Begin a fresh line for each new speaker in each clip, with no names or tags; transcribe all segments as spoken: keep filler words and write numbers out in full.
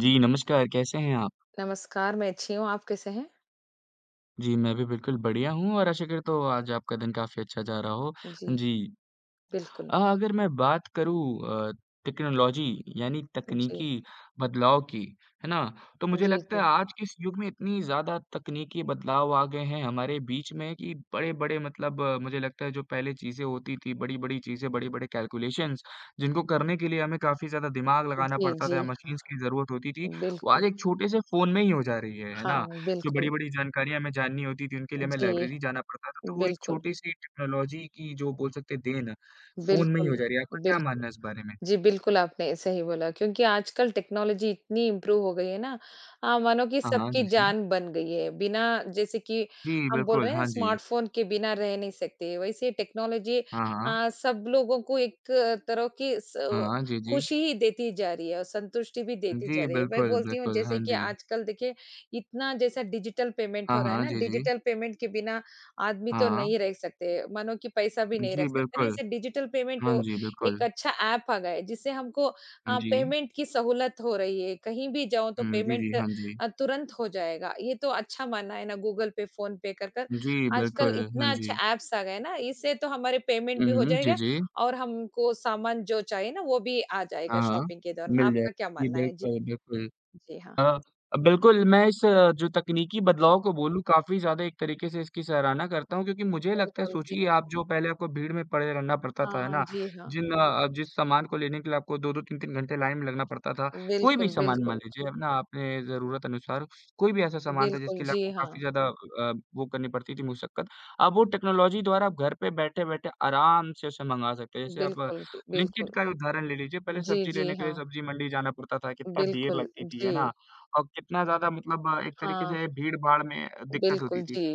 जी, नमस्कार, कैसे हैं आप?
नमस्कार, मैं अच्छी हूँ, आप कैसे हैं?
जी, मैं भी बिल्कुल बढ़िया हूँ और आशा करता हूँ आज आपका दिन काफ़ी अच्छा जा रहा हो।
जी,
जी,
बिल्कुल।
अ, अगर मैं बात करूँ अ, टेक्नोलॉजी यानी
जी,
तकनीकी बदलाव की, है ना? तो मुझे
जी,
लगता है
जी।
आज के इस युग में इतनी ज़्यादा तकनीकी बदलाव आ गए हैं हमारे बीच में कि बड़े-बड़े मतलब अ, मुझे लगता है जो पहले चीज़ें होती थी, बड़ी-बड़ी चीज़ें, बड़े-बड़े कैलकुलेशंस जिनको करने के लिए हमें काफ़ी ज़्यादा दिमाग लगाना
जी,
पड़ता
जी,
था,
हाँ,
मशीन्स की ज़रूरत होती थी, वो
बिल्कुल।
आज एक छोटे से फ़ोन में ही हो जा रही है, है ना?
हाँ,
जो
बिल्कुल।
बड़ी-बड़ी जानकारियाँ हमें जाननी होती थी, उनके लिए हमें
जी,
लाइब्रेरी जाना पड़ता था, तो वो एक
बिल्कुल,
छोटी-सी टेक्नोलॉजी की जो बोल सकते हैं देन है। फ़ोन में ही हो
बिल्कुल,
जा रही है, आपका क्या
बिल्कुल।
मानना है इस बारे में?
जी, बिल्कुल आपने सही बोला क्योंकि आजकल टेक्नोलॉजी इतनी इम्प्रूव हो गई है ना अ, मानो कि
हाँ, हाँ,
सबकी
जी, जी।
जान बन गई है। बिना जैसे कि
जी,
हम बोल
बिल्कुल,
रहे हैं
हाँ जी।
स्मार्टफ़ोन के बिना रह नहीं सकते, वैसे टेक्नोलॉजी
हाँ, हाँ।
अ, सब लोगों को एक तरह की
हाँ,
स
हाँ, जी, जी।
खुशी ही देती जा रही है और संतुष्टि भी देती
जी,
जा रही है। मैं
बिल्कुल,
बोलती हूँ
बिल्कुल,
जैसे
हाँ
कि
जी।
आजकल देखिए इतना जैसा डिजिटल पेमेंट
हाँ,
हो रहा है
हाँ,
ना,
जी, जी।
डिजिटल पेमेंट के बिना आदमी तो
हाँ,
नहीं रह सकते, मानो कि पैसा भी नहीं रख
जी,
सकते ना,
बिल्कुल।
ऐसे डिजिटल पेमेंट
हाँ जी,
एक
बिल्कुल।
अच्छा ऐप आ गया है जिससे हमको अ,
जी।
पेमेंट की सहूलत हो रही है। कहीं भी जाओ तो
हुँ, जी, जी,
पेमेंट
हाँ जी।
अ, तुरंत हो जाएगा। ये तो अच्छा माना है ना गूगल पे, फ़ोन पे कर कर
जी,
आजकल
बिल्कुल,
इतना
हाँ
अच्छा
जी।
ऐप्स आ गए हैं ना, इससे तो हमारे पेमेंट
हुँ,
भी हो
हुँ, जी,
जाएगा
जी।
और हमको सामान जो चाहिए ना वो भी आ जाएगा
हाँ, हाँ।
शॉपिंग के दौरान।
मिल जाए
आपका क्या
जी,
मानना है? जी,
बिल्कुल, बिल्कुल।
जी हाँ।
अ, बिल्कुल, मैं इस अ, जो तकनीकी
जी,
बदलाव को बोलूँ काफ़ी ज़्यादा एक तरीके से इसकी सराहना करता हूँ क्योंकि मुझे लगता है
बिल्कुल, जी।
सोचिए आप जो पहले आपको भीड़ में पड़े रहना पड़ता था, है
हाँ,
ना?
जी हाँ।
जिन अ, जिस सामान को लेने के लिए आपको दो दो तीन तीन घंटे लाइन में लगना पड़ता था, कोई भी
बिल्कुल,
सामान मान
बिल्कुल।
लीजिए अपना आपने ज़रूरत अनुसार कोई भी ऐसा सामान था
बिल्कुल,
जिसके लिए
जी
आपको
हाँ।
काफ़ी ज़्यादा अ, वो करनी पड़ती थी मुशक्कत। अब वो टेक्नोलॉजी द्वारा आप घर पे बैठे-बैठे आराम से उसे मंगा सकते हैं। जैसे आप
बिल्कुल,
ब्लिंकिट
बिल्कुल।
का उदाहरण ले लीजिए, पहले
जी,
सब्ज़ी
जी
लेने के लिए
हाँ।
सब्ज़ी मंडी जाना पड़ता था, कितना देर
बिल्कुल,
लगती थी,
जी।
है ना? और कितना ज़्यादा मतलब अ, एक तरीके
हाँ।
से भीड़-भाड़ में दिक्कत होती
बिल्कुल,
थी।
जी,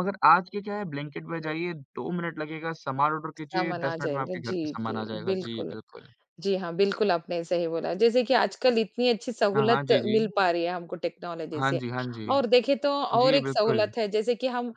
मगर आज के क्या है ब्लिंकिट पे जाइए दो मिनट लगेगा, सामान ऑर्डर कीजिए
सामन आ
दस मिनट में
जाएँगे।
आपके घर पे
जी,
सामान
जी,
आ जाएगा। जी,
बिल्कुल।
बिल्कुल।
जी हाँ, बिल्कुल आपने सही बोला। जैसे कि आजकल इतनी अच्छी
हाँ, हाँ।
सहूलत
जी, जी।
मिल पा रही है हमको टेक्नोलॉजी
हाँ
से
जी, हाँ जी।
और देखें तो और
जी,
एक
बिल्कुल।
सहूलत है जैसे कि हम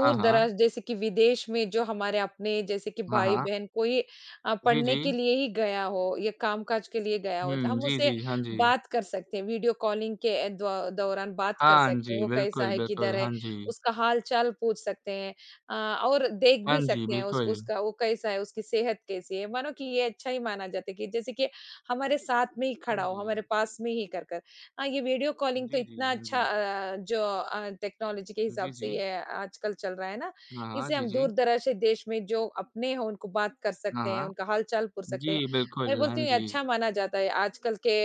हाँ, हाँ।
जैसे कि विदेश में जो हमारे अपने जैसे कि
हाँ, हाँ।
भाई-बहन कोई अ,
जी,
पढ़ने
जी।
के लिए ही गया हो या कामकाज के लिए गया हो,
हुँ,
हम
जी,
उससे
जी। हाँ जी।
बात कर सकते हैं, वीडियो कॉलिंग के द्व दौरान बात कर
हाँ
सकते हैं।
जी,
वो कैसा
बिल्कुल,
है, किधर
बिल्कुल।
है,
हाँ जी।
उसका हाल-चाल पूछ सकते हैं अ, और देख
हाँ
भी
जी,
सकते हैं उसको
बिल्कुल।
उसका वो कैसा है, उसकी सेहत कैसी है, मानो कि ये अच्छा ही माना जाता है कि जैसे कि हमारे साथ में ही
हाँ
खड़ा हो,
जी।
हमारे पास में ही कर कर। हाँ, ये वीडियो कॉलिंग तो
जी, जी।
इतना
हाँ
अच्छा
जी।
अ, जो अ, टेक्नोलॉजी के
जी,
हिसाब से
जी।
ये आजकल चल रहा है ना,
हाँ, हाँ।
इसे
जी,
हम
जी।
दूर-दराज के देश में जो अपने हों, उनको बात कर
हाँ,
सकते हैं,
हाँ।
उनका हाल-चाल पूछ सकते हैं।
जी,
मैं
बिल्कुल। हाँ
बोलती हूँ, ये
जी।
अच्छा माना जाता है आजकल के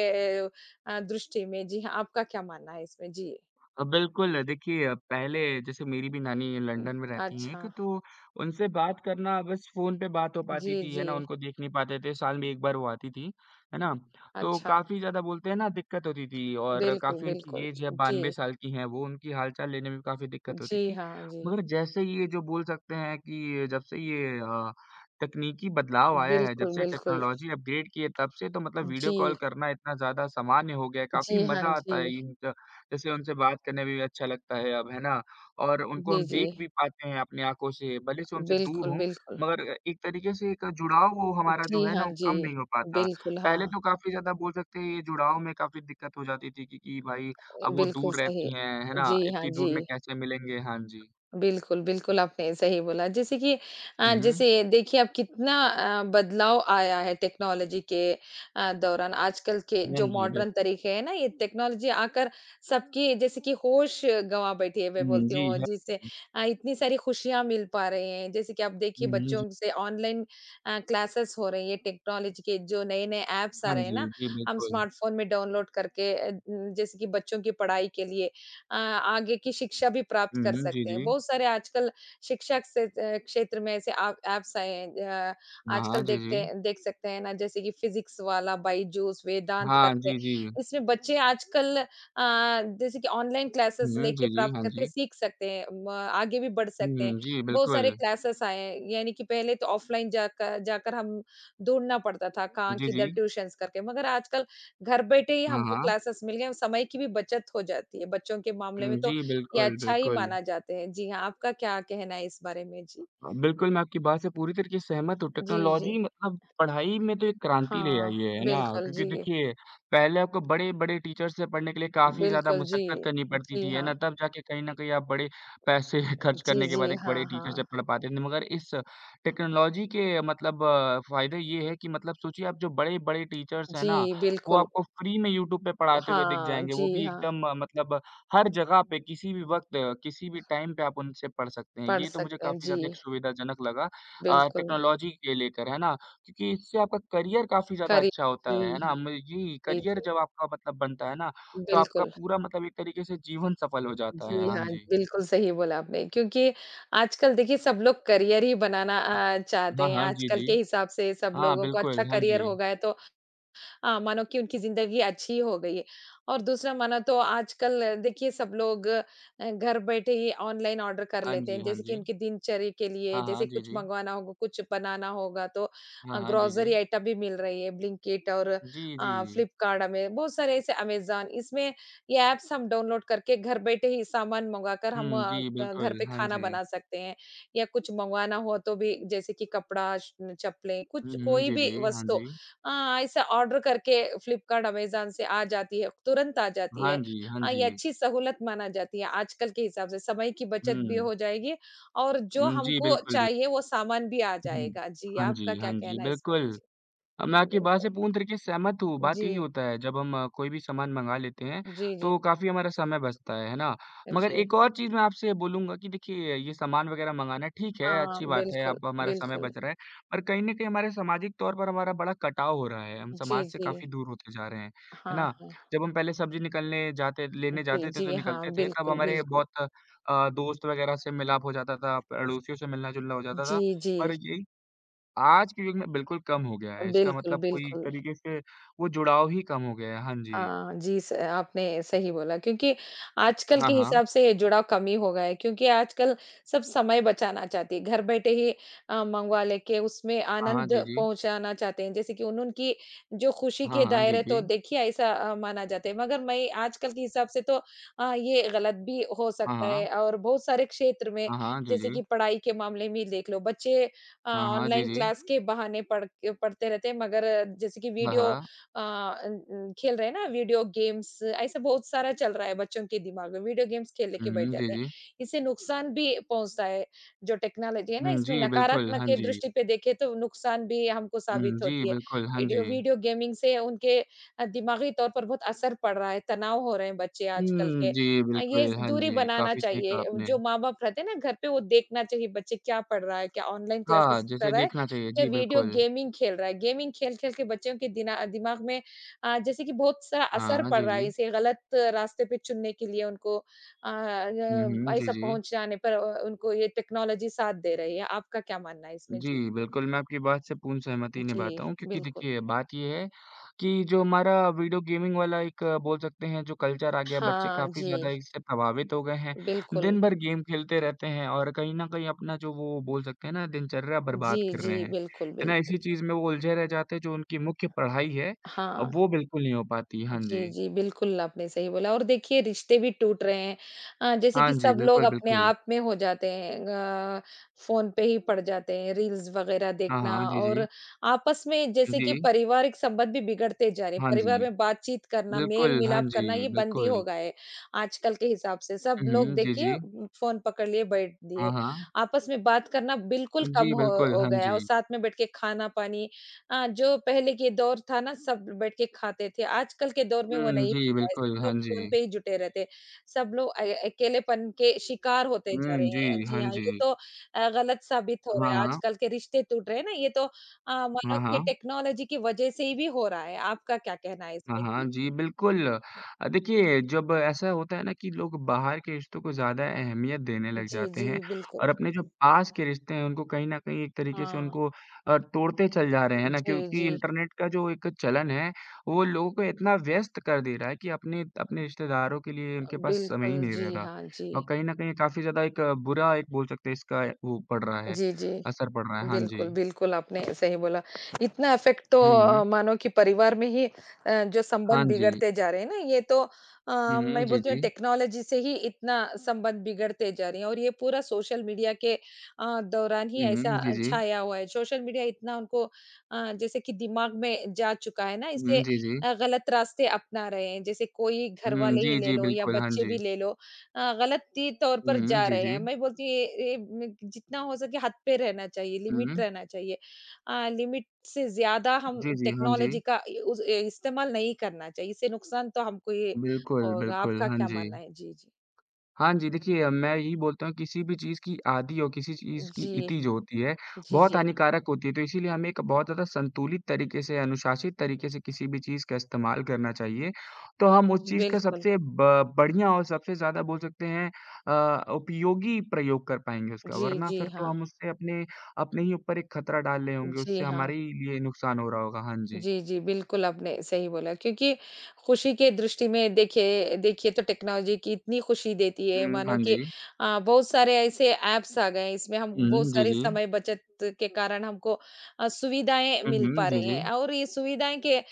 अ अ, दृष्टि में। जी हाँ, आपका क्या मानना है इसमें? जी।
अ, बिल्कुल, देखिए अ, पहले जैसे मेरी भी नानी लंदन में रहती हैं
अच्छा।
एक, तो उनसे बात करना बस फ़ोन पे बात हो
जी,
पाती थी, है
जी।
ना? उनको देख नहीं पाते थे, साल में एक बार वो आती थी, है ना? तो
अच्छा।
काफ़ी ज़्यादा बोलते हैं ना दिक्कत होती थी और
बिल्कुल,
काफ़ी
बिल्कुल।
उनकी एज है
जी।
बानवे साल की हैं वो, उनकी हाल-चाल लेने में भी काफ़ी दिक्कत होती
जी,
थी।
हाँ, जी।
मगर जैसे ये जो बोल सकते हैं कि जब से ये अ, तकनीकी बदलाव आया है, जब
बिल्कुल,
से
बिल्कुल।
टेक्नोलॉज़ी अपग्रेड की है तब से तो मतलब
जी।
वीडियो कॉल करना इतना ज़्यादा सामान्य हो गया है, काफ़ी
जी, हाँ,
मज़ा
जी।
आता है इन जैसे उनसे बात करने में भी अच्छा लगता है अब, है ना? और उनको
जी,
हम
जी।
देख भी पाते हैं अपनी आँखों से, भले से उनसे दूर
बिल्कुल,
हों,
बिल्कुल।
मगर एक तरीके से एक जुड़ाव वो हमारा
जी,
जो है
हाँ,
ना, वो
जी।
कम नहीं हो पाता।
बिल्कुल,
पहले
हाँ।
तो काफ़ी ज़्यादा बोल सकते हैं, ये जुड़ाव में काफ़ी दिक्कत हो जाती थी कि कि भाई, अब वो
बिल्कुल
दूर
सही।
रहती हैं, है ना?
जी, हाँ,
इतनी
जी।
दूर में कैसे मिलेंगे? हाँ जी।
बिल्कुल, बिल्कुल, आपने सही बोला। जैसे कि अ,
हुँ, हुँ।
जैसे देखिए अब कितना अ, बदलाव आया है टेक्नोलॉजी के अ, दौरान। आजकल के
हाँ
जो
जी, बिल
मॉडर्न तरीके हैं ना, ये टेक्नोलॉजी आकर सबकी जैसे कि होश गँवा बैठी है, मैं
हुँ,
बोलती
जी,
हूँ,
हाँ
जिससे
जी।
अ, इतनी सारी खुशियाँ मिल पा रही हैं। जैसे कि आप देखिए
हुँ, हुँ, जी।
बच्चों से ऑनलाइन अ, क्लासेस हो रही है, टेक्नोलॉजी के जो नए-नए ऐप्स आ
हाँ
रहे हैं ना,
जी, जी,
हम
बिल्कुल।
स्मार्टफ़ोन में डाउनलोड करके अ, जैसे कि बच्चों की पढ़ाई के लिए अ, आगे की शिक्षा भी प्राप्त
हुँ,
कर
हुँ, जी,
सकते हैं।
जी।
बहुत सारे आजकल शिक्षा से अ, क्षेत्र में ऐसे ऐप ऐप्स आए हैं। अ,
हाँ,
आजकल
हाँ, जी,
देखते
जी।
हैं देख सकते हैं ना जैसे कि फिज़िक्स वाला बायजूस, वेदांत
हाँ,
करके।
जी, जी।
इसमें बच्चे आजकल अ, जैसे कि ऑनलाइन
हुँ,
क्लासेस
हुँ,
लेके
जी, जी,
प्राप्त
हाँ
करके
जी।
सीख सकते हैं। म आगे भी बढ़ सकते हैं।
हुँ, जी,
बहुत सारे
बिल्कुल।
क्लासेस आए हैं, यानी कि पहले तो ऑफ़लाइन जाकर जाकर हम ढूँढना पड़ता था, कहाँ
जी, जी।
किधर ट्यूशन्स करके। मगर आजकल घर बैठे ही
हाँ,
हमको
हाँ।
क्लासेस मिल गए, समय की भी बचत हो जाती है, बच्चों के मामले में
हुँ,
तो
जी,
ये
बिल्कुल,
अच्छा ही
बिल्कुल।
माना जाते हैं। जी हाँ, आपका क्या कहना है इस बारे में? जी।
अ, बिल्कुल, मैं आपकी बात से पूरी तरीके से सहमत हूँ।
जी, जी।
टेक्नोलॉजी मतलब पढ़ाई में तो एक क्रांति ले
हाँ,
आई है, है ना?
बिल्कुल,
क्योंकि
जी।
देखिए, पहले आपको बड़े-बड़े टीचर से पढ़ने के लिए काफ़ी ज़्यादा
बिल्कुल, जी।
मशक्कत करनी पड़ती
जी
थी, है
हाँ।
ना? तब जाके कहीं न कहीं आप बड़े पैसे खर्च
जी,
करने के बाद
जी,
एक
हाँ,
बड़े टीचर से
हाँ।
पढ़ पाते थे। मगर इस टेक्नोलॉजी के मतलब फ़ायदे ये है कि मतलब सोचिए आप जो बड़े-बड़े टीचर्स हैं
जी,
ना, वो
बिल्कुल।
आपको फ्री में यूट्यूब पे पढ़ाते हुए दिख
हाँ,
जाएँगे। वो
जी
भी
हाँ,
एकदम मतलब हर जगह पे किसी भी वक़्त, किसी भी टाइम पे आप उनसे पढ़ सकते हैं।
पढ़
ये तो मुझे
सकते हैं।
काफ़ी
जी,
ज़्यादा एक सुविधाजनक लगा अ,
बिल्कुल।
टेक्नोलॉजी के लेकर, है ना? क्योंकि इससे आपका करियर काफ़ी ज़्यादा
करिए
अच्छा होता है,
जी
है
हाँ,
ना? म जी,
जी,
करियर
जी।
जब आपका मतलब बनता है ना, तो आपका
बिल्कुल।
पूरा मतलब एक तरीके से जीवन सफल हो जाता है।
जी
हाँ
हाँ,
जी।
बिल्कुल सही बोला आपने क्योंकि आजकल देखिए सब लोग करियर ही बनाना
हाँ।
अ, चाहते
हाँ,
हैं,
हाँ। जी,
आजकल
जी।
के हिसाब से सब
हाँ,
लोगों को अच्छा
बिल्कुल। हाँ
करियर
जी।
हो गया है तो अ, मानो कि उनकी ज़िंदगी अच्छी हो गई है। और दूसरा माना तो आजकल अ, देखिए सब लोग अ, घर बैठे ही ऑनलाइन ऑर्डर कर
हाँ
लेते
जी,
हैं,
हाँ
जैसे कि
जी।
उनकी दिनचर्या के लिए,
हाँ, हाँ।
जैसे
जी,
कुछ
जी।
मँगवाना होगा, कुछ बनाना होगा तो
हाँ,
अ,
हाँ। जी,
ग्रोसरी
जी।
आइटम भी मिल रही है, ब्लिंकिट और
जी, जी।
अ, फ्लिपकार्ट हमें बहुत सारे ऐसे अमेज़न इसमें ये ऐप्स हम डाउनलोड करके घर बैठे ही सामान मँगाकर हम
हुँ, जी,
अ, ग घर
बिल्कुल।
पे
हाँ
खाना
जी।
बना सकते हैं या कुछ मँगवाना हो तो भी जैसे कि कपड़ा, श न- चप्पलें,
हुँ,
कुछ
हुँ।
कोई
जी,
भी
जी। हाँ
वस्तु
जी।
अ, ऐसा ऑर्डर करके फ्लिपकार्ट, अमेज़न से आ जाती है, तुरंत आ जाती
हाँ
है।
जी, हाँ
अ, ये
जी।
अच्छी सहूलत माना जाती है आजकल के हिसाब से, समय की बचत भी
हुँ।
हो जाएगी और जो
हुँ, जी,
हमको
बिल्कुल,
चाहिए
बिल्कुल।
वो सामान भी आ
हुँ।
जाएगा। जी,
हाँ
आपका
जी,
क्या
हाँ जी,
कहना है इसमें?
बिल्कुल।
जी,
अ, मैं आपकी बात से
बिल्कुल।
पूर्ण तरीके से सहमत हूँ। बात यही
जी,
होता है जब हम अ, कोई भी सामान मँगा लेते हैं,
जी, जी,
तो काफ़ी हमारा समय बचता है, है ना? मगर
जी।
एक और चीज़ मैं आपसे बोलूँगा कि देखिए ये सामान वग़ैरह मँगाना ठीक है,
हाँ,
अच्छी बात है,
बिल्कुल,
अब हमारा समय
बिल्कुल।
बच रहा है। पर कहीं न कहीं हमारे सामाजिक तौर पर हमारा बड़ा कटाव हो रहा है, हम
जी,
समाज से
जी।
काफ़ी दूर होते जा रहे हैं, है
हाँ,
ना?
हाँ।
जब हम पहले सब्ज़ी निकलने जाते लेने
जी,
जाते थे
जी,
तो निकलते
हाँ,
थे, तब
बिल्कुल,
हमारे
बिल्कुल।
बहुत अ, दोस्त वग़ैरह से मिलाप हो जाता था, पड़ोसियों से मिलना-जुलना हो जाता
जी,
था।
जी।
और यही आज के युग में बिल्कुल कम हो गया है, इसका
बिल्कुल,
मतलब कोई एक
बिल्कुल।
तरीके से वो जुड़ाव ही कम हो गया है। हाँ जी।
हाँ, जी, स आपने सही बोला क्योंकि आजकल
हाँ,
के
हाँ।
हिसाब से ये जुड़ाव कम ही हो गया है क्योंकि आजकल सब समय बचाना चाहते हैं, घर बैठे ही अ, मंगवा लेके उसमें
हाँ, हाँ,
आनंद
जी, जी।
पहुँचाना चाहते हैं, जैसे कि उन उनकी जो खुशी
हाँ,
के
हाँ, जी,
दायरे
जी।
तो देखिए ऐसा अ, माना जाता है, मगर मैं आजकल के हिसाब से तो अ, ये गलत भी हो
हाँ,
सकता
हाँ।
है और बहुत सारे क्षेत्र में
हाँ, हाँ, जी,
जैसे
जी।
कि पढ़ाई के मामले में ही देख लो, बच्चे अ,
हाँ, हाँ, जी,
ऑनलाइन
जी।
क्लास के बहाने पढ़ के पढ़ते रहते हैं मगर जैसे कि
हाँ,
वीडियो
हाँ।
अ, अन अन खेल रहे हैं ना वीडियो गेम्स ऐसा बहुत सारा चल रहा है बच्चों के दिमाग में वीडियो गेम्स खेलने के बैठ
हुँ, जी,
जाते हैं।
जी।
इससे नुकसान भी पहुँचता है। जो टेक्नोलॉजी है ना
हुँ,
इसमें
जी, बिल्कुल,
नकारात्मक
हाँ
के
जी।
दृष्टि पे देखें तो नुकसान भी हमको
हुँ,
साबित
जी,
होती है।
बिल्कुल, हाँ
वीडियो
जी।
वीडियो गेमिंग से उनके अ, दिमागी तौर पर बहुत असर पड़ रहा है, तनाव हो रहे हैं बच्चे आजकल
हुँ,
के।
जी,
अ, ये
बिल्कुल, हाँ
दूरी
जी।
बनाना
काफ़ी सही कहा
चाहिए
आपने।
जो माँ-बाप रहते हैं ना घर पे वो देखना चाहिए बच्चे क्या पढ़ रहा है, क्या ऑनलाइन
हाँ,
क्लासेस कर
जैसे
रहा है।
देखना चाहिए।
या
जी,
वीडियो
बिल्कुल।
गेमिंग खेल रहा है। गेमिंग खेल-खेल के बच्चों के दिना दिमाग में अ, जैसे कि बहुत सारा असर
हाँ,
पड़
जी,
रहा है
जी।
इसे गलत रास्ते पे चुनने के लिए उनको अ,
हुँ,
ग
हुँ, जी,
ऐसा
जी।
पहुँच जाने पर अ, उनको ये टेक्नोलॉजी साथ दे रही है। आपका क्या मानना है इसमें?
जी,
जी।
बिल्कुल, मैं आपकी बात से पूर्ण सहमति
जी,
निभाता हूँ क्योंकि
बिल्कुल।
देखिए, बात ये है कि जो हमारा वीडियो गेमिंग वाला एक अ, बोल सकते हैं जो कल्चर आ गया, बच्चे
हाँ,
काफ़ी ज़्यादा
जी,
इससे प्रभावित हो गए हैं।
बिल्कुल।
दिन भर गेम खेलते रहते हैं और कहीं न कहीं अपना जो वो बोल सकते हैं ना, दिनचर्या
जी,
बर्बाद कर
जी,
रहे हैं।
बिल्कुल,
है ना?
बिल्कुल।
इसी चीज़ में वो उलझे रह जाते हैं, जो उनकी मुख्य पढ़ाई है अ,
हाँ।
वो बिल्कुल नहीं हो पाती। हाँ
जी,
जी।
जी, बिल्कुल आपने सही बोला और देखिए रिश्ते भी टूट रहे हैं अ, जैसे
हाँ
कि
जी,
सब लोग
बिल्कुल,
अपने
बिल्कुल।
आप में हो जाते हैं अ, फ़ोन पे ही पड़ जाते हैं, रील्स वग़ैरह
हाँ,
देखना
हाँ। जी,
और
जी।
आपस में जैसे
जी।
कि पारिवारिक संबंध भी बिगड़ते जा रहे हैं,
हाँ
परिवार
जी।
में बातचीत करना,
बिल्कुल, हाँ
मेल-मिलाप
जी,
करना ये बंद ही हो
बिल्कुल।
गया है, आजकल के हिसाब से सब
हुँ,
लोग
हुँ। जी,
देखिए
जी।
उम, फ़ोन पकड़ लिए बैठ दिए,
हाँ, हाँ।
आपस में बात करना बिल्कुल
जी,
कम हो
बिल्कुल,
हो
हाँ
गया है
जी।
और साथ में बैठ के खाना-पानी अ, जो पहले के दौर था ना सब बैठ के खाते थे, आजकल के दौर में वो
हुँ,
नहीं
जी,
हुआ है,
बिल्कुल,
सब लोग
हाँ जी।
फ़ोन पे ही जुटे रहते हैं, सब लोग अ, अकेलेपन के शिकार होते जा रहे
हुँ,
हैं।
जी,
जी
हाँ
हाँ, ये
जी।
तो अ, गलत साबित हो रहा
हाँ,
है,
हाँ।
आजकल के रिश्ते टूट रहे हैं ना, ये तो अ, मानो
हाँ,
कि
हाँ।
टेक्नोलॉजी की वजह से ही भी हो रहा है, आपका क्या कहना है
हाँ,
इसमें?
हाँ।
जी।
जी, बिल्कुल। अ, देखिए जब ऐसा होता है ना कि लोग बाहर के रिश्तों को ज़्यादा अहमियत देने लग
जी,
जाते हैं
जी, बिल्कुल।
और अपने जो पास के रिश्ते हैं उनको कहीं न कहीं एक तरीके से
हाँ,
उनको अ, तोड़ते चल जा रहे हैं ना
जी,
क्योंकि
जी,
इंटरनेट का जो एक चलन है वो लोगों को इतना व्यस्त कर दे रहा है कि अपने अपने रिश्तेदारों के लिए उनके पास समय ही
बिल्कुल,
नहीं
जी
रह रहा।
हाँ, जी।
और कहीं न कहीं काफ़ी ज़्यादा एक अ, बुरा एक बोल सकते हैं इसका वो पड़ रहा है,
जी, जी।
असर पड़ रहा है। हाँ जी।
बिल्कुल, बिल्कुल, आपने सही बोला। इतना इफ़ेक्ट तो
हुँ, हुँ।
अ, मानो कि परिवार में ही अ, जो
हाँ
संबंध
जी।
बिगड़ते जा रहे हैं ना, ये तो अ,
हुँ, हुँ।
मैं
जी,
बोलती हूँ
जी।
टेक्नोलॉजी से ही इतना संबंध बिगड़ते जा रहे हैं और ये पूरा सोशल मीडिया के अ, दौरान ही
हुँ, हुँ।
ऐसा
जी, जी।
छाया हुआ है। सोशल मीडिया इतना उनको अ, जैसे कि दिमाग में जा चुका है ना, इससे
हुँ, जी, जी।
अ, गलत रास्ते अपना रहे हैं। जैसे कोई
हुँ,
घरवाले ही
जी,
ले
जी,
लो या
बिल्कुल, हाँ
बच्चे भी
जी।
ले लो अ, गलती तौर पर
हुँ, हुँ,
जा
जी,
रहे हैं।
जी।
मैं बोलती हूँ ये ये म जितना हो सके हद पे रहना चाहिए,
हुँ,
लिमिट रहना चाहिए। अ, लिमिट से ज़्यादा हम
जी, जी, हाँ जी।
टेक्नोलॉजी का इ उस ए इस्तेमाल नहीं करना चाहिए, इससे नुकसान तो हमको ही
बिल्कुल,
होगा।
बिल्कुल,
आपका
हाँ
क्या
जी।
मानना है? जी, जी।
हाँ जी, देखिए मैं यही बोलता हूँ किसी भी चीज़ की आदि और किसी चीज़ की
जी,
इति जो होती है,
जी,
बहुत
जी।
हानिकारक होती है। तो इसीलिए हमें एक बहुत ज़्यादा संतुलित तरीके से, अनुशासित तरीके से किसी भी चीज़ का इस्तेमाल करना चाहिए। तो हम उस चीज़ का
बिल्कुल।
सबसे ब बढ़िया और सबसे ज़्यादा बोल सकते हैं अ, उपयोगी प्रयोग कर पाएँगे उसका।
जी,
वरना
जी,
फिर तो
हाँ।
हम उससे अपने अपने ही ऊपर एक खतरा डाल रहे होंगे,
जी,
उससे
हाँ।
हमारे ही लिए नुकसान हो रहा होगा। हाँ जी।
जी, जी, बिल्कुल आपने सही बोला क्योंकि खुशी के दृष्टि में देखिए देखिए तो टेक्नोलॉजी की इतनी खुशी देती है
हुँ,
मानो
हाँ
कि
जी।
अ, बहुत सारे ऐसे ऐप्स आ गए हैं इसमें हम बहुत
हुँ, जी,
सारी
जी।
समय बचत के कारण हमको अ, सुविधाएँ
हुँ,
मिल
हुँ,
पा
जी,
रही
जी।
हैं और ये सुविधाएँ के अ,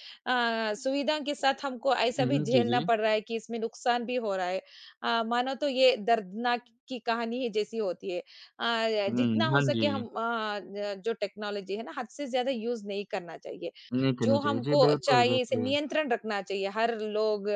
सुविधा के साथ हमको ऐसा भी
हुँ, जी,
झेलना
जी।
पड़ रहा है कि इसमें नुकसान भी हो रहा है। अ, मानो तो ये दर्दनाक की कहानी ही जैसी होती है। अ,
हुँ,
जितना हो
हाँ
सके हम
जी।
अ, ज जो टेक्नोलॉजी है ना हद से ज़्यादा यूज़ नहीं करना चाहिए।
नहीं करनी
जो
चाहिए। जी,
हमको
बिल्कुल,
चाहिए इसे
बिल्कुल।
नियंत्रण रखना चाहिए हर लोग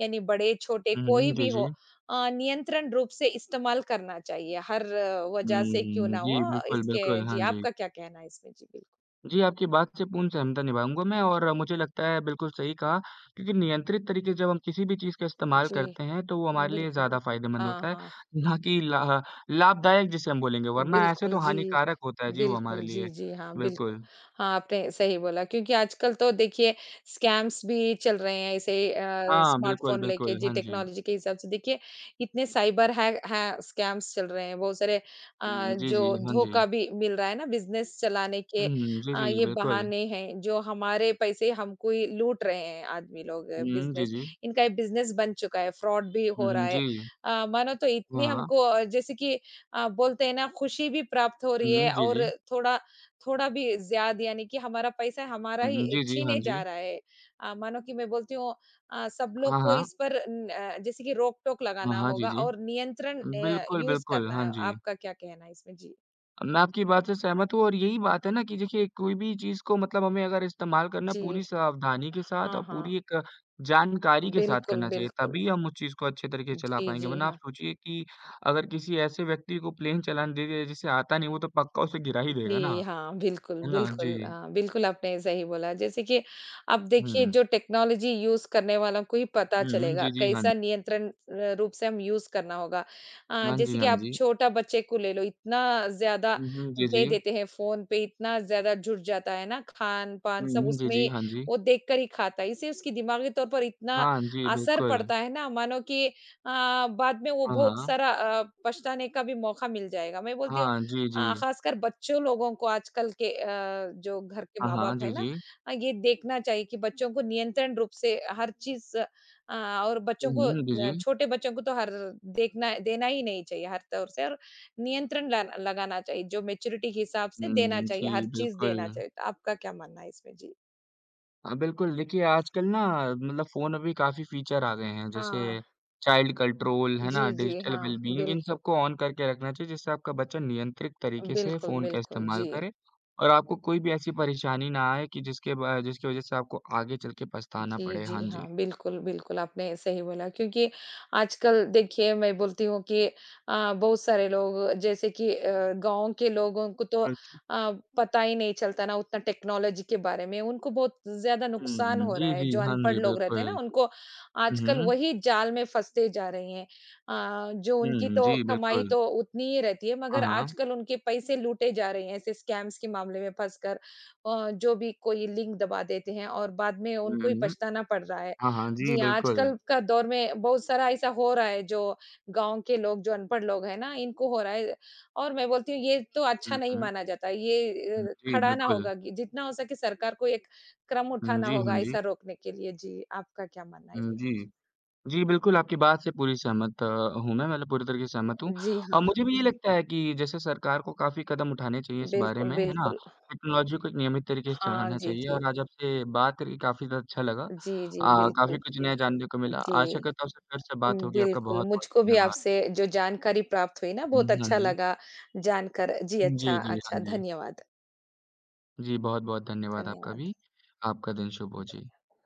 यानी बड़े-छोटे
हुँ,
कोई
हुँ। जी,
भी हो
जी।
अ, नियंत्रण रूप से इस्तेमाल करना चाहिए हर अ, वजह से क्यों
हुँ,
ना
जी,
हो
बिल्कुल,
इसके
बिल्कुल।
जी,
हाँ जी।
आपका क्या कहना है इसमें? जी, बिल्कुल।
जी, आपकी बात से पूर्ण सहमता निभाऊँगा मैं और मुझे लगता है बिल्कुल सही कहा क्योंकि नियंत्रित तरीके से जब हम किसी भी चीज़ का इस्तेमाल
जी,
करते हैं तो वो हमारे लिए
बिल्कुल।
ज़्यादा
बिल्कुल।
फ़ायदेमंद
हाँ,
होता है,
हाँ।
ना कि ला लाभदायक जिसे हम बोलेंगे वरना ऐसे
बिल्कुल,
तो
जी।
हानिकारक होता है जी वो हमारे
बिल्कुल,
लिए।
जी, जी, हाँ, बिल्कुल।
बिल्कुल।
हाँ, आपने सही बोला क्योंकि आजकल तो देखिए स्कैम्स भी चल रहे हैं ऐसे अ,
हाँ, बिल्कुल,
स्मार्टफ़ोन लेके
बिल्कुल।
जी,
हाँ जी।
टेक्नोलॉजी के हिसाब से देखिए इतने साइबर हैक है स्कैम्स चल रहे हैं, बहुत सारे अ,
हुँ, जी, जी।
जो
हाँ जी।
धोखा भी मिल रहा है ना बिज़नेस चलाने
हुँ,
के
हुँ। जी,
अ,
जी,
ये
बिल्कुल।
बहाने हैं जो हमारे पैसे हमको ही लूट रहे हैं आदमी लोग
हुँ, जी,
बिज़नेस
जी।
इनका ये बिज़नेस बन चुका है, फ्रॉड भी
हुँ,
हो रहा
हुँ।
है।
जी।
अ, मानो तो इतनी
हाँ, हाँ।
हमको अ, जैसे कि अ, बोलते हैं ना खुशी भी प्राप्त हो रही
हुँ,
है
जी,
और
जी।
थोड़ा थोड़ा भी ज़्यादा यानी कि हमारा पैसा हमारा
हुँ,
ही
जी, जी। हाँ
छीने
जी।
जा रहा है। अ, मानो कि मैं बोलती हूँ अ, सब लोग
हाँ,
को
हाँ।
इस पर न अ, जैसे कि रोक-टोक
हाँ,
लगाना
हाँ। जी,
होगा
जी।
और नियंत्रण अ,
बिल्कुल,
यूज़
बिल्कुल।
करना
हाँ
है।
जी।
आपका क्या कहना है इसमें? जी।
मैं आपकी बात से सहमत हूँ और यही बात है ना कि देखिए कोई भी चीज़ को मतलब हमें अगर इस्तेमाल करना
जी।
पूरी सावधानी के साथ
हाँ,
और
हाँ।
पूरी एक जानकारी के साथ
बिल्कुल,
करना चाहिए,
बिल्कुल।
तभी हम उस चीज़ को अच्छे तरीके से चला
जी,
पाएँगे।
जी।
वरना आप
हाँ।
सोचिए कि अगर किसी ऐसे व्यक्ति को प्लेन चलाना दे दिया जिसे आता नहीं, वो तो पक्का उसे गिरा ही देगा ना।
जी, हाँ, बिल्कुल,
है ना?
बिल्कुल।
जी।
हाँ, बिल्कुल आपने सही बोला। जैसे कि अब
हुँ,
देखिए
हुँ।
जो टेक्नोलॉज़ी यूज़ करने वालों को ही पता
हुँ, हुँ।
चलेगा,
जी, जी। हाँ।
कैसा नियंत्रण र रूप से हम यूज़ करना होगा। अ,
हाँ
जैसे
जी,
कि
हाँ
आप
जी।
छोटा बच्चे को ले लो, इतना ज़्यादा
हुँ, हुँ। जी,
दे
जी।
देते हैं फ़ोन पे, इतना ज़्यादा जुट जाता है ना, खान-पान
हुँ,
सब
हुँ। जी, जी।
उसमें
हाँ जी।
वो देखकर ही खाता है। इससे उसकी दिमागी तौर पर इतना
हाँ जी,
असर
बिल्कुल।
पड़ता है ना, मानो कि अ, बाद में वो
हाँ,
बहुत
हाँ।
सारा अ, पछताने का भी मौका मिल जाएगा। मैं बोलती हूँ
हाँ, जी,
अ,
जी।
खासकर बच्चों लोगों को आजकल के अ, जो घर के
हाँ, हाँ,
माँ-बाप है
जी,
ना
जी।
अ, ये देखना चाहिए कि बच्चों को नियंत्रण रूप से हर चीज़ अ, और
हुँ,
बच्चों को
हुँ, जी,
अ,
जी।
छोटे बच्चों को तो हर देखना देना ही नहीं चाहिए हर तौर से और नियंत्रण ला लगाना चाहिए, जो मैच्योरिटी के हिसाब से देना
हुँ,
चाहिए,
जी,
हर चीज़
बिल्कुल।
देना चाहिए। तो आपका क्या मानना है इसमें? जी।
हाँ, बिल्कुल, देखिए आजकल ना मतलब फ़ोन में भी काफ़ी फ़ीचर आ गए हैं,
हाँ।
जैसे चाइल्ड कंट्रोल, है ना?
जी, जी।
डिजिटल
हाँ,
वेलबीइंग इन
बिल्कुल।
सबको ऑन करके रखना चाहिए जिससे आपका बच्चा नियंत्रित तरीके से
बिल्कुल,
फ़ोन का
बिल्कुल।
इस्तेमाल
जी।
करे और आपको कोई भी ऐसी परेशानी ना आए कि जिसके ब जिसकी वज़ह से आपको आगे चल के पछताना
जी,
पड़े। हाँ
जी,
जी।
हाँ, बिल्कुल, बिल्कुल, आपने सही बोला क्योंकि आजकल देखिए मैं बोलती हूँ कि अ, बहुत सारे लोग जैसे कि अ, गाँव के लोगों को तो अ,
हाँ जी।
पता ही नहीं चलता ना उतना टेक्नोलॉजी के बारे में, उनको बहुत ज़्यादा नुकसान
हुँ,
हो
जी,
रहा है,
जी।
जो
हाँ
अनपढ़
जी,
लोग रहते हैं ना,
बिल्कुल।
उनको
हुँ,
आजकल
हुँ।
वही जाल में फँसते जा रहे हैं। अ, जो उनकी
हुँ,
तो
जी,
कमाई
बिल्कुल।
तो उतनी ही रहती है
हाँ,
मगर
हाँ।
आजकल उनके पैसे लूटे जा रहे हैं ऐसे स्कैम्स के मामले में फँसकर। अ, जो भी कोई लिंक दबा देते हैं और बाद में
हुँ,
उनको ही
हुँ।
पछताना पड़ रहा है।
हाँ, हाँ। जी,
जी, हाँ,
बिल्कुल।
आजकल का दौर में बहुत सारा ऐसा हो रहा है जो गाँव के लोग जो अनपढ़ लोग हैं ना इनको हो रहा है और मैं बोलती हूँ ये तो अच्छा
हुँ,
नहीं
हुँ।
माना जाता। ये अ,
जी,
खड़ाना
बिल्कुल।
होगा कि जितना हो सके सरकार को एक क्रम
हुँ,
उठाना
जी,
होगा
हाँ जी।
ऐसा रोकने के लिए। जी, आपका क्या मानना है
हुँ,
इसमें? जी।
जी। जी, बिल्कुल आपकी बात से पूरी सहमत अ, हूँ मैं, मतलब पूरी तरीके से सहमत हूँ
जी
और
हाँ,
मुझे भी ये लगता है कि जैसे सरकार को काफ़ी कदम उठाने चाहिए इस बारे
बिल्कुल,
में, है ना?
बिल्कुल।
टेक्नोलॉजी को एक नियमित तरीके से
हाँ,
चलाना
जी,
चाहिए
जी।
और आज आपसे बात करके काफ़ी ज़्यादा अच्छा लगा।
जी, जी,
अ,
बिल्कुल।
काफ़ी कुछ नया जानने को मिला।
जी।
आशा करता हूँ आपसे फिर से बात होगी। आपका
बिल्कुल,
बहुत-बहुत
मुझको भी
धन्यवाद।
आपसे जो जानकारी प्राप्त हुई ना
हुँ,
बहुत
हाँ
अच्छा
जी।
लगा जानकर जी अच्छा,
जी, जी,
अच्छा
हाँ जी।
धन्यवाद,
जी, बहुत-बहुत धन्यवाद आपका
धन्यवाद,
भी। आपका दिन शुभ हो। जी।
धन्यवाद।